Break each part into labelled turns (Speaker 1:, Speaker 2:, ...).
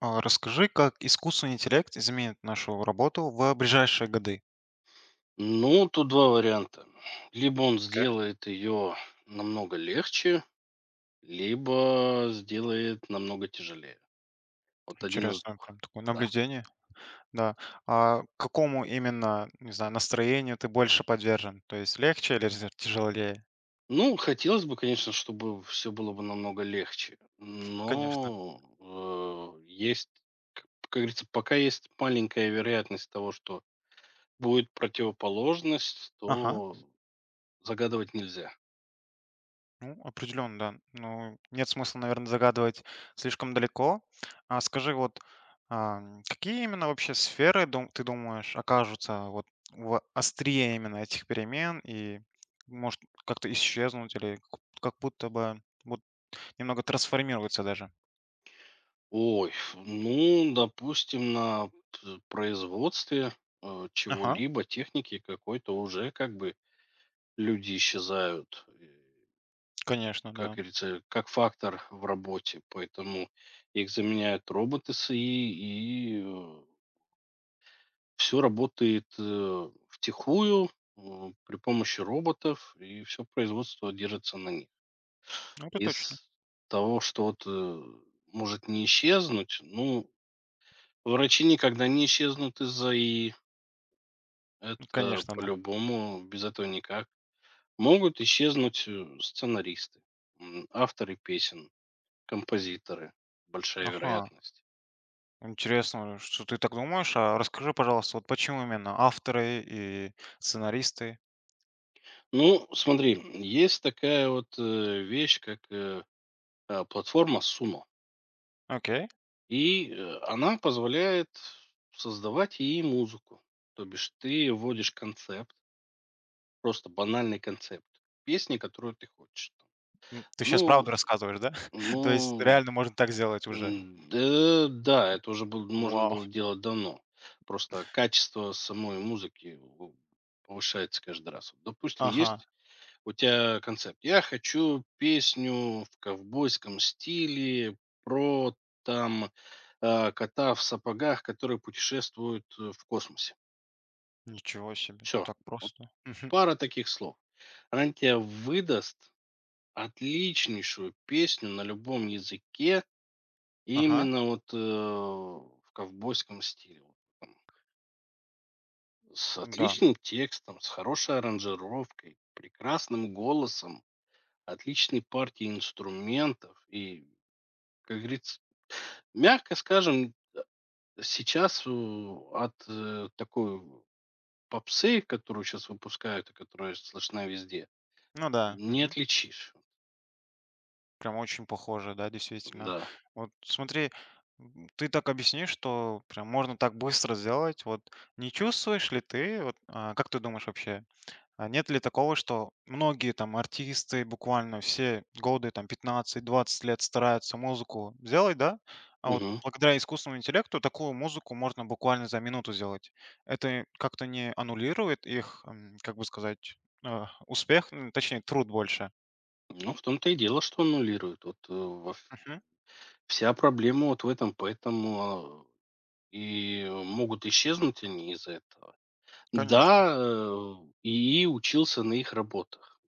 Speaker 1: А расскажи, как искусственный интеллект изменит нашу работу в ближайшие годы?
Speaker 2: Ну, тут два варианта. Либо он
Speaker 1: Окей.
Speaker 2: сделает ее намного легче, либо сделает намного тяжелее. Вот один из
Speaker 1: Интересно, прям
Speaker 2: двух.
Speaker 1: такое
Speaker 2: Да.
Speaker 1: наблюдение. Да. А какому именно, не знаю, настроению ты больше подвержен? То есть легче или тяжелее?
Speaker 2: Ну, хотелось бы, конечно, чтобы все было бы намного легче.
Speaker 1: Конечно.
Speaker 2: Но есть, как говорится, пока есть маленькая вероятность того, что будет противоположность,
Speaker 1: Ага.
Speaker 2: то загадывать нельзя.
Speaker 1: Ну, определенно, да. Ну, нет смысла, наверное, загадывать слишком далеко. А скажи, вот какие именно вообще сферы, ты думаешь, окажутся вот в острие именно этих перемен и, может, как-то исчезнуть или как будто бы вот, немного трансформируются даже?
Speaker 2: Ой, ф ну, допустим, на п производстве,
Speaker 1: Ага,
Speaker 2: чего-либо, техники какой-то уже как бы люди исчезают, и,
Speaker 1: конечно,
Speaker 2: как
Speaker 1: да.
Speaker 2: говорится, как фактор в работе, поэтому их заменяют роботы с ИИ, и все работает, втихую, при помощи роботов, и все производство держится на них.
Speaker 1: Ну, это точно.
Speaker 2: Из того, что вот, может не исчезнуть, ну, врачи никогда не исчезнут из АИ.
Speaker 1: Ну,
Speaker 2: Это
Speaker 1: конечно, да.
Speaker 2: по-любому, без этого никак. Могут исчезнуть сценаристы, авторы песен, композиторы. Большая
Speaker 1: Ага.
Speaker 2: вероятность.
Speaker 1: Интересно, что ты так думаешь. А расскажи, пожалуйста, вот почему именно авторы и сценаристы?
Speaker 2: Ну, смотри, есть такая вот вещь, как платформа Sumo.
Speaker 1: Окей.
Speaker 2: И она позволяет создавать и музыку. То бишь ты вводишь концепт, просто банальный концепт песни, которую ты хочешь.
Speaker 1: Ты сейчас
Speaker 2: Ну,
Speaker 1: правду рассказываешь, да? То есть
Speaker 2: ну,
Speaker 1: реально можно так сделать уже?
Speaker 2: Да, да, это уже был можно
Speaker 1: Вау.
Speaker 2: было делать давно. Просто качество самой музыки у повышается каждый раз. Вот, допустим,
Speaker 1: Ага.
Speaker 2: есть у тебя концепт: "Я хочу песню в ковбойском стиле про, там, кота в сапогах, который путешествует, в космосе".
Speaker 1: Ничего себе.
Speaker 2: Все,
Speaker 1: Так
Speaker 2: вот
Speaker 1: просто. Мгм.
Speaker 2: пара таких слов. Она тебе выдаст отличнейшую песню на любом языке
Speaker 1: Ага.
Speaker 2: именно вот, в ковбойском стиле. Вот с
Speaker 1: Да.
Speaker 2: отличным текстом, с хорошей аранжировкой, прекрасным голосом, отличной партией инструментов и, как говорится, мягко скажем, сейчас, такой попсы, которую сейчас выпускают и которая слышна везде,
Speaker 1: Ну да.
Speaker 2: не
Speaker 1: Мгм.
Speaker 2: отличишь.
Speaker 1: Прям очень похоже, да, действительно.
Speaker 2: Да.
Speaker 1: Вот смотри, ты так объяснишь, что прям можно так быстро сделать. Вот не чувствуешь ли ты, вот, как ты думаешь вообще, а нет ли такого, что многие там артисты буквально все годы, там 15-20 лет стараются музыку сделать, да? А вот
Speaker 2: Мгм.
Speaker 1: благодаря искусственному интеллекту такую музыку можно буквально за минуту сделать. Это как-то не аннулирует их, как бы сказать, успех, м, точнее, труд больше?
Speaker 2: Ну, в том-то и дело, что аннулируют. Вот, э, во ф
Speaker 1: Мгм.
Speaker 2: вся проблема вот в этом. Поэтому, и могут исчезнуть они из-за этого. Да,
Speaker 1: Конечно.
Speaker 2: ИИ учился на их работах,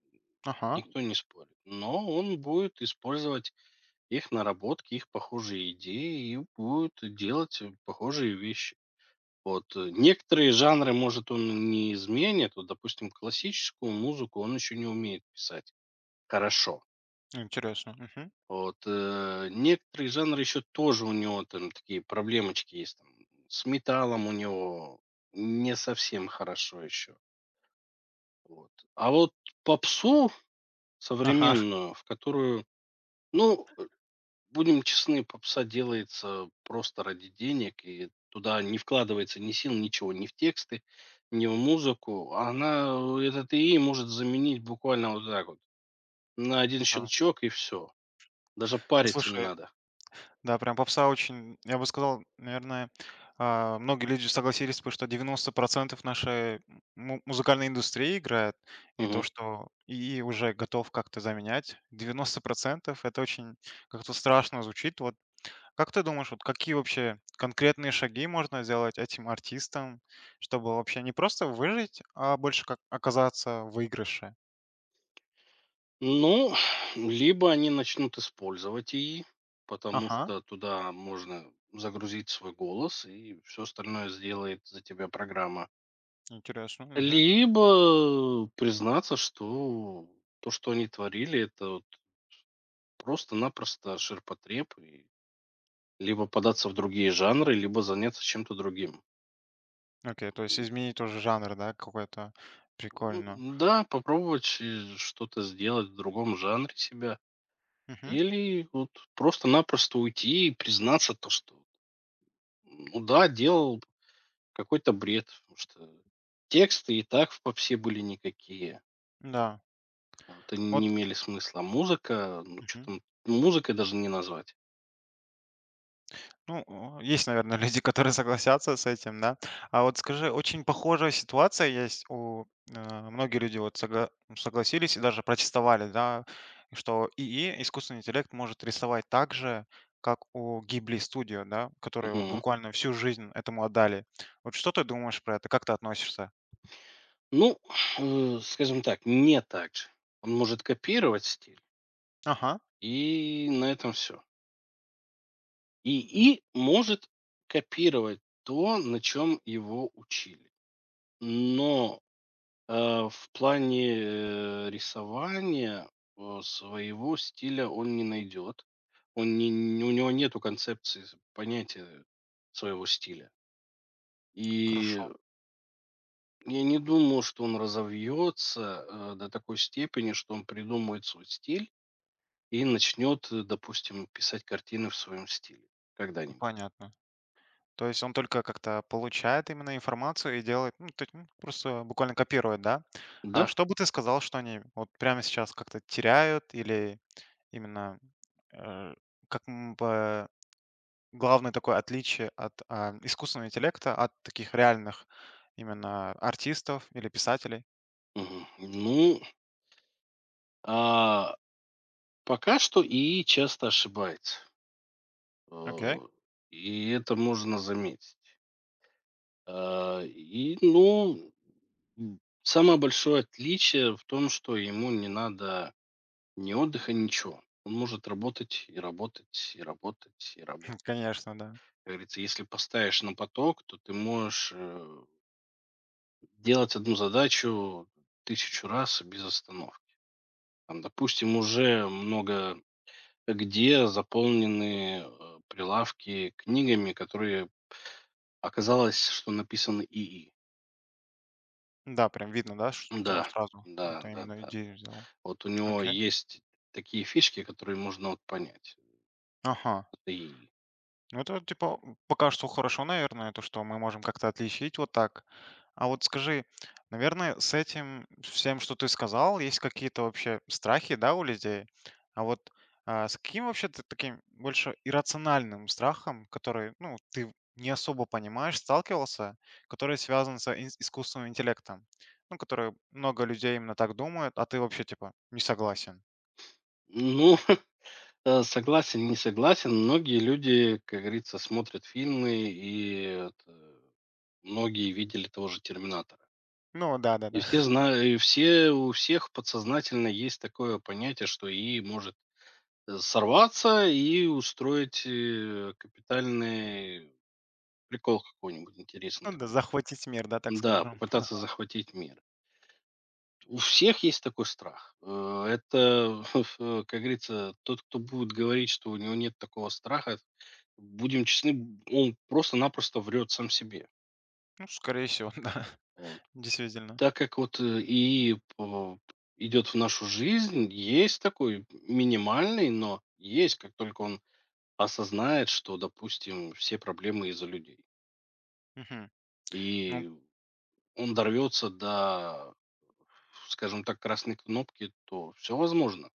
Speaker 1: Ага.
Speaker 2: никто не спорит, но он будет использовать их наработки, их похожие идеи и будет делать похожие вещи. Вот. Некоторые жанры, может, он не изменит. Вот, допустим, классическую музыку он еще не умеет писать хорошо.
Speaker 1: Интересно. Мгм.
Speaker 2: Вот, некоторые жанры еще тоже у него там такие проблемочки есть. Там, с металлом у него не совсем хорошо еще. Вот. А вот попсу
Speaker 1: Ага.
Speaker 2: современную, в которую, ну, будем честны, попса делается просто ради денег, и туда не вкладывается ни сил, ничего, ни в тексты, ни в музыку. Она, этот ИИ может заменить буквально вот так вот, на один
Speaker 1: Да.
Speaker 2: щелчок и все. Даже
Speaker 1: Ну,
Speaker 2: париться не
Speaker 1: слушай.
Speaker 2: надо.
Speaker 1: Да, прям попса очень, я бы сказал, наверное, многие люди согласились, потому что 90% нашей музыкальной индустрии играет, и то, что и уже готов как-то заменять, 90%, это очень как-то страшно звучит. Вот как ты думаешь, вот какие вообще конкретные шаги можно сделать этим артистам, чтобы вообще не просто выжить, а больше как оказаться в выигрыше?
Speaker 2: Ну, либо они начнут использовать ИИ, потому
Speaker 1: Ага,
Speaker 2: что туда можно загрузить свой голос, и все остальное сделает за тебя программа.
Speaker 1: интересно. Мгм.
Speaker 2: Либо признаться, что то, что они творили, это вот просто-напросто ширпотреб, и либо податься в другие жанры, либо заняться чем-то другим.
Speaker 1: Окей, то есть
Speaker 2: И,
Speaker 1: изменить тоже жанр, да, какой-то
Speaker 2: ну,
Speaker 1: прикольно.
Speaker 2: да, попробовать что-то сделать в другом жанре себя.
Speaker 1: Мгм.
Speaker 2: Или вот просто-напросто уйти и признаться то, что ну да, делал какой-то бред, потому что тексты и так в попсе были никакие.
Speaker 1: Да,
Speaker 2: Вот они не
Speaker 1: вот,
Speaker 2: имели смысла. Музыка, ну что
Speaker 1: мгм.
Speaker 2: там, музыкой даже не назвать.
Speaker 1: Ну, о, есть, наверное, люди, которые согласятся с этим, да. А вот скажи, очень похожая ситуация есть у многие люди вот согласились и даже протестовали, да, что и искусственный интеллект, может рисовать так же, как у Гибли Studio, да, которые вот
Speaker 2: Мгм.
Speaker 1: буквально всю жизнь этому отдали. Вот что ты думаешь про это? Как ты относишься?
Speaker 2: Ну, скажем так, не так же. Он может копировать стиль,
Speaker 1: Ага,
Speaker 2: и на этом все.
Speaker 1: м,
Speaker 2: И, и может копировать то, на чем его учили. Но в плане, рисования, своего стиля он не найдет. Он не у него нету концепции, с понятия своего стиля. И
Speaker 1: хорошо,
Speaker 2: я не думаю, что он разовьется, до такой степени, что он придумает свой стиль и начнет, допустим, писать картины в своем стиле когда-нибудь.
Speaker 1: понятно. То есть он только как-то получает именно информацию и делает, ну, то есть, ну, просто буквально копирует, да? А
Speaker 2: Да?
Speaker 1: что бы ты сказал, что они вот прямо сейчас как-то теряют или именно э, как м, бы главное такое отличие от искусственного интеллекта, от таких реальных именно артистов или писателей?
Speaker 2: Мгм. Ну, а, пока что и часто ошибается, э,
Speaker 1: Окей,
Speaker 2: и это можно заметить. Ну, самое большое отличие в том, что ему не надо ни отдыха, ничего. Он может работать и работать, и работать, и работать.
Speaker 1: конечно, да.
Speaker 2: Как говорится, если поставишь на поток, то ты можешь делать одну задачу тысячу раз без остановки. Там, допустим, уже много где заполнены прилавки книгами, которые оказалось, что написаны ИИ.
Speaker 1: Да, прям видно, да, что, что
Speaker 2: Да,
Speaker 1: сразу
Speaker 2: да,
Speaker 1: это
Speaker 2: да,
Speaker 1: именно
Speaker 2: да,
Speaker 1: идею
Speaker 2: да.
Speaker 1: взял.
Speaker 2: Вот у него
Speaker 1: Окей.
Speaker 2: есть такие фишки, которые можно вот понять.
Speaker 1: Ага.
Speaker 2: Это и
Speaker 1: Ну, это типа пока что хорошо, наверное, то, что мы можем как-то отличить вот так. А вот скажи, наверное, с этим всем, что ты сказал, есть какие-то вообще страхи, да, у людей? А вот с каким вообще ты таким больше иррациональным страхом, который, ну, ты не особо понимаешь, сталкивался, который связан с искусственным интеллектом? Ну, который много людей именно так думают, а ты вообще типа не согласен.
Speaker 2: ну, согласен, не согласен. Многие люди, как говорится, смотрят фильмы, и это, многие видели того же «Терминатора».
Speaker 1: Ну,
Speaker 2: И
Speaker 1: да-да-да.
Speaker 2: все знают, и все, у всех подсознательно есть такое понятие, что и может сорваться и устроить капитальный прикол какой-нибудь интересный
Speaker 1: Ну да,
Speaker 2: такой.
Speaker 1: захватить мир, да, так
Speaker 2: Да,
Speaker 1: скажем. Ага.
Speaker 2: попытаться захватить мир. У всех есть такой страх. Это, как говорится, тот, кто будет говорить, что у него нет такого страха, будем честны, он просто-напросто врет сам себе.
Speaker 1: Ну, скорее всего, да.
Speaker 2: Вот.
Speaker 1: Действительно.
Speaker 2: Так как вот и идет в нашу жизнь, есть такой минимальный, но есть, как только он осознает, что, допустим, все проблемы из-за людей.
Speaker 1: Мгм. Ну
Speaker 2: И он дорвется до, скажем так, красной кнопки, то все возможно.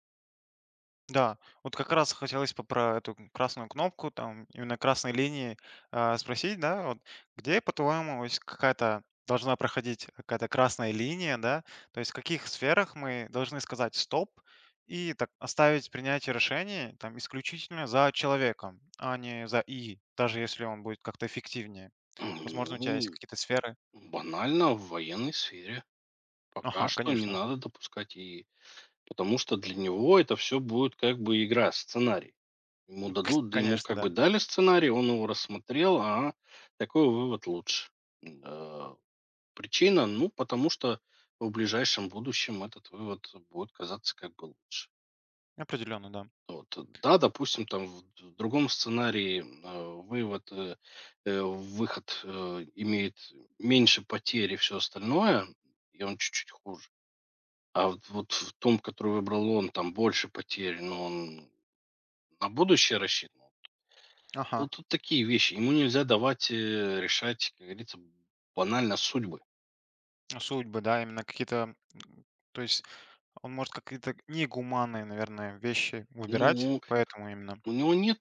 Speaker 1: да, вот как раз хотелось бы про эту красную кнопку, там именно красной линии спросить, да, вот где, по-твоему, вот есть какая-то должна проходить какая-то красная линия, да, то есть в каких сферах мы должны сказать стоп и так оставить принятие решений там исключительно за человеком, а не за и, даже если он будет как-то эффективнее. Возможно, у тебя есть
Speaker 2: Ну,
Speaker 1: какие-то сферы.
Speaker 2: банально в военной сфере.
Speaker 1: Ага,
Speaker 2: Пока что не
Speaker 1: конечно.
Speaker 2: надо допускать и потому что для него это все будет как бы игра, сценарий. Ему дадут да, ему
Speaker 1: Конечно,
Speaker 2: как бы
Speaker 1: да.
Speaker 2: дали сценарий, он его рассмотрел, а такой вывод лучше. м Причина, ну, потому что в ближайшем будущем этот вывод будет казаться как бы лучше.
Speaker 1: Определенно, да.
Speaker 2: Вот, да, допустим, там в другом сценарии, выход, имеет меньше потерь и все остальное, и он чуть-чуть хуже. А вот вот в том, который выбрал он, там больше потерь, но он на будущее рассчитан.
Speaker 1: Ага.
Speaker 2: Ну, тут такие вещи. Ему нельзя давать, решать, как говорится, банально судьбы.
Speaker 1: Судьбы, да, именно какие-то, м, то есть он может какие-то негуманные, наверное, вещи выбирать,
Speaker 2: Ну,
Speaker 1: поэтому именно.
Speaker 2: у него нет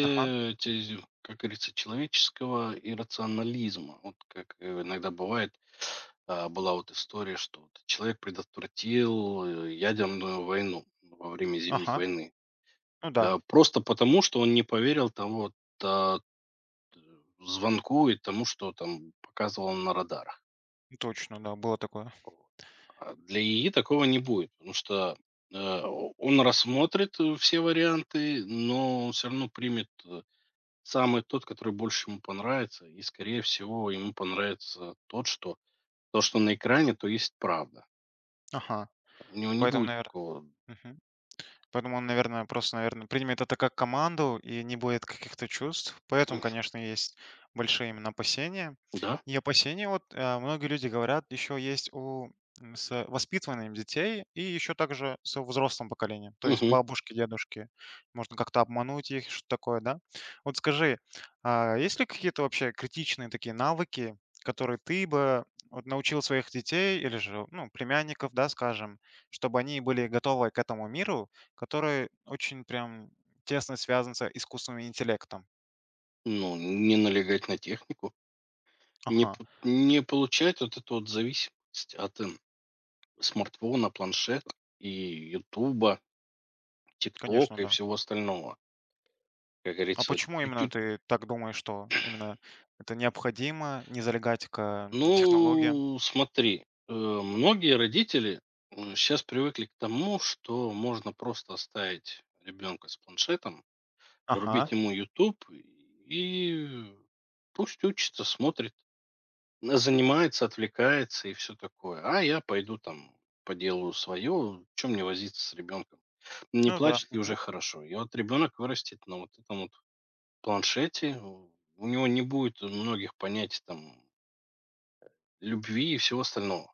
Speaker 1: Ага,
Speaker 2: те как говорится, человеческого иррационализма. Вот как, иногда бывает, была вот история, что вот человек предотвратил, ядерную войну во время Зимней
Speaker 1: ага,
Speaker 2: войны.
Speaker 1: ну да,
Speaker 2: Просто потому, что он не поверил тому вот, а, т звонку и тому, что там показывало на радарах.
Speaker 1: точно, да, было такое.
Speaker 2: А для ИИ такого не будет, потому что, э, он рассмотрит, все варианты, но он всё равно примет, самый тот, который больше ему понравится, и, скорее всего, ему понравится тот, что то, что на экране, то есть правда.
Speaker 1: Ага,
Speaker 2: У него не
Speaker 1: поэтому,
Speaker 2: будет
Speaker 1: наверное.
Speaker 2: такого
Speaker 1: Поэтому он, наверное, просто, наверное, примет это как команду и не будет каких-то чувств. Поэтому, конечно, есть большие именно опасения.
Speaker 2: "да,
Speaker 1: И опасения, вот многие люди говорят, еще есть у с воспитыванием детей и еще также с взрослым поколением, то есть
Speaker 2: мгм",
Speaker 1: бабушки, дедушки. Можно как-то обмануть их, что такое, да? Вот скажи, а есть ли какие-то вообще критичные такие навыки, которые ты бы вот научил своих детей или же, ну, племянников, да, скажем, чтобы они были готовы к этому миру, который очень прям тесно связан с искусственным интеллектом.
Speaker 2: ну, не налегать на технику,
Speaker 1: Ага,
Speaker 2: не получать вот эту вот зависимость от, смартфона, планшета и "Ютуба",
Speaker 1: конечно,
Speaker 2: "Тиктока" и
Speaker 1: да.
Speaker 2: всего остального. Как
Speaker 1: А
Speaker 2: говорится,
Speaker 1: почему именно ты так думаешь, что именно это необходимо не залегать к технологиям?
Speaker 2: ну, смотри, многие родители сейчас привыкли к тому, что можно просто оставить ребенка с планшетом,
Speaker 1: Ага,
Speaker 2: врубить ему YouTube и пусть учится, смотрит, занимается, отвлекается и все такое. А я пойду там поделаю свое, чем мне возиться с ребенком. Не
Speaker 1: ну да,
Speaker 2: плачет и уже
Speaker 1: мгм.
Speaker 2: хорошо. И вот ребенок вырастет на вот этом вот планшете, у него не будет многих понятий там любви и всего остального.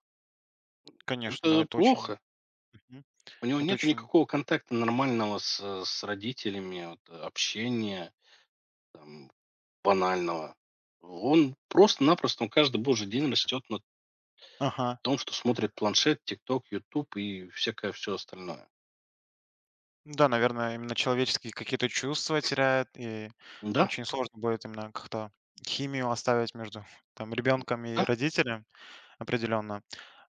Speaker 1: Конечно, да,
Speaker 2: Это
Speaker 1: это очень,
Speaker 2: плохо.
Speaker 1: мгм.
Speaker 2: У него
Speaker 1: Это
Speaker 2: нет
Speaker 1: очень,
Speaker 2: никакого контакта нормального с, с родителями, вот, общения там, банального. Он просто-напросто, он каждый божий день растет на
Speaker 1: ага.
Speaker 2: том, что смотрит планшет, ТикТок, Ютуб и всякое все остальное.
Speaker 1: Да, наверное, именно человеческие какие-то чувства теряет, и
Speaker 2: Да,
Speaker 1: очень сложно будет именно как-то химию оставить между там ребенком и
Speaker 2: да.
Speaker 1: родителем определенно.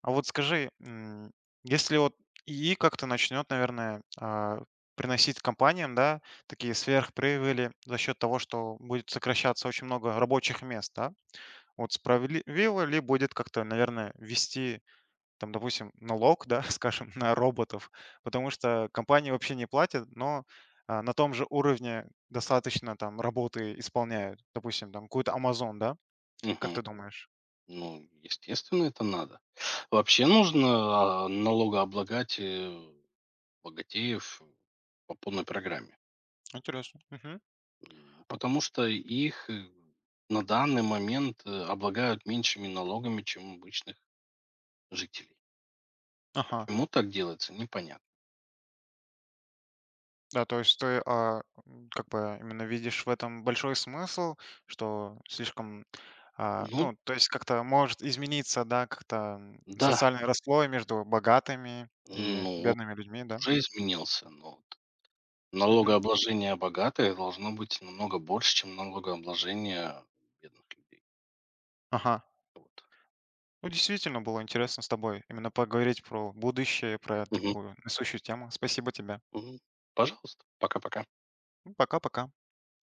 Speaker 1: А вот скажи, если вот и как-то начнет, наверное, приносить компаниям, да, такие сверхприбыли за счет того, что будет сокращаться очень много рабочих мест, да? Вот справедливо ли будет как-то, наверное, ввести, там, допустим, налог, да, скажем, на роботов, потому что компании вообще не платят, но на том же уровне достаточно там работы исполняют, допустим, там какой-то Amazon, да? Как ты
Speaker 2: Мгм.
Speaker 1: думаешь?
Speaker 2: Ну, естественно, это надо. Вообще нужно налогооблагать богатеев по полной программе.
Speaker 1: Интересно. Мгм. А,
Speaker 2: Потому что их на данный момент облагают меньшими налогами, чем обычных жителей.
Speaker 1: ага.
Speaker 2: Почему так делается, непонятно.
Speaker 1: Да, то есть ты, как бы именно видишь в этом большой смысл, что слишком,
Speaker 2: Ну,
Speaker 1: ну, то есть как-то может измениться, да, как-то
Speaker 2: да,
Speaker 1: социальный расслой между богатыми и
Speaker 2: ну,
Speaker 1: бедными людьми, да?
Speaker 2: уже изменился, но вот
Speaker 1: Мгм.
Speaker 2: налогообложение богатых должно быть намного больше, чем налогообложение бедных людей.
Speaker 1: Ага.
Speaker 2: Вот.
Speaker 1: Ну, действительно было интересно с тобой именно поговорить про будущее, про
Speaker 2: Мгм.
Speaker 1: такую насущую тему. Спасибо тебе.
Speaker 2: Мгм. Пожалуйста, пока-пока.
Speaker 1: Ну, пока-пока.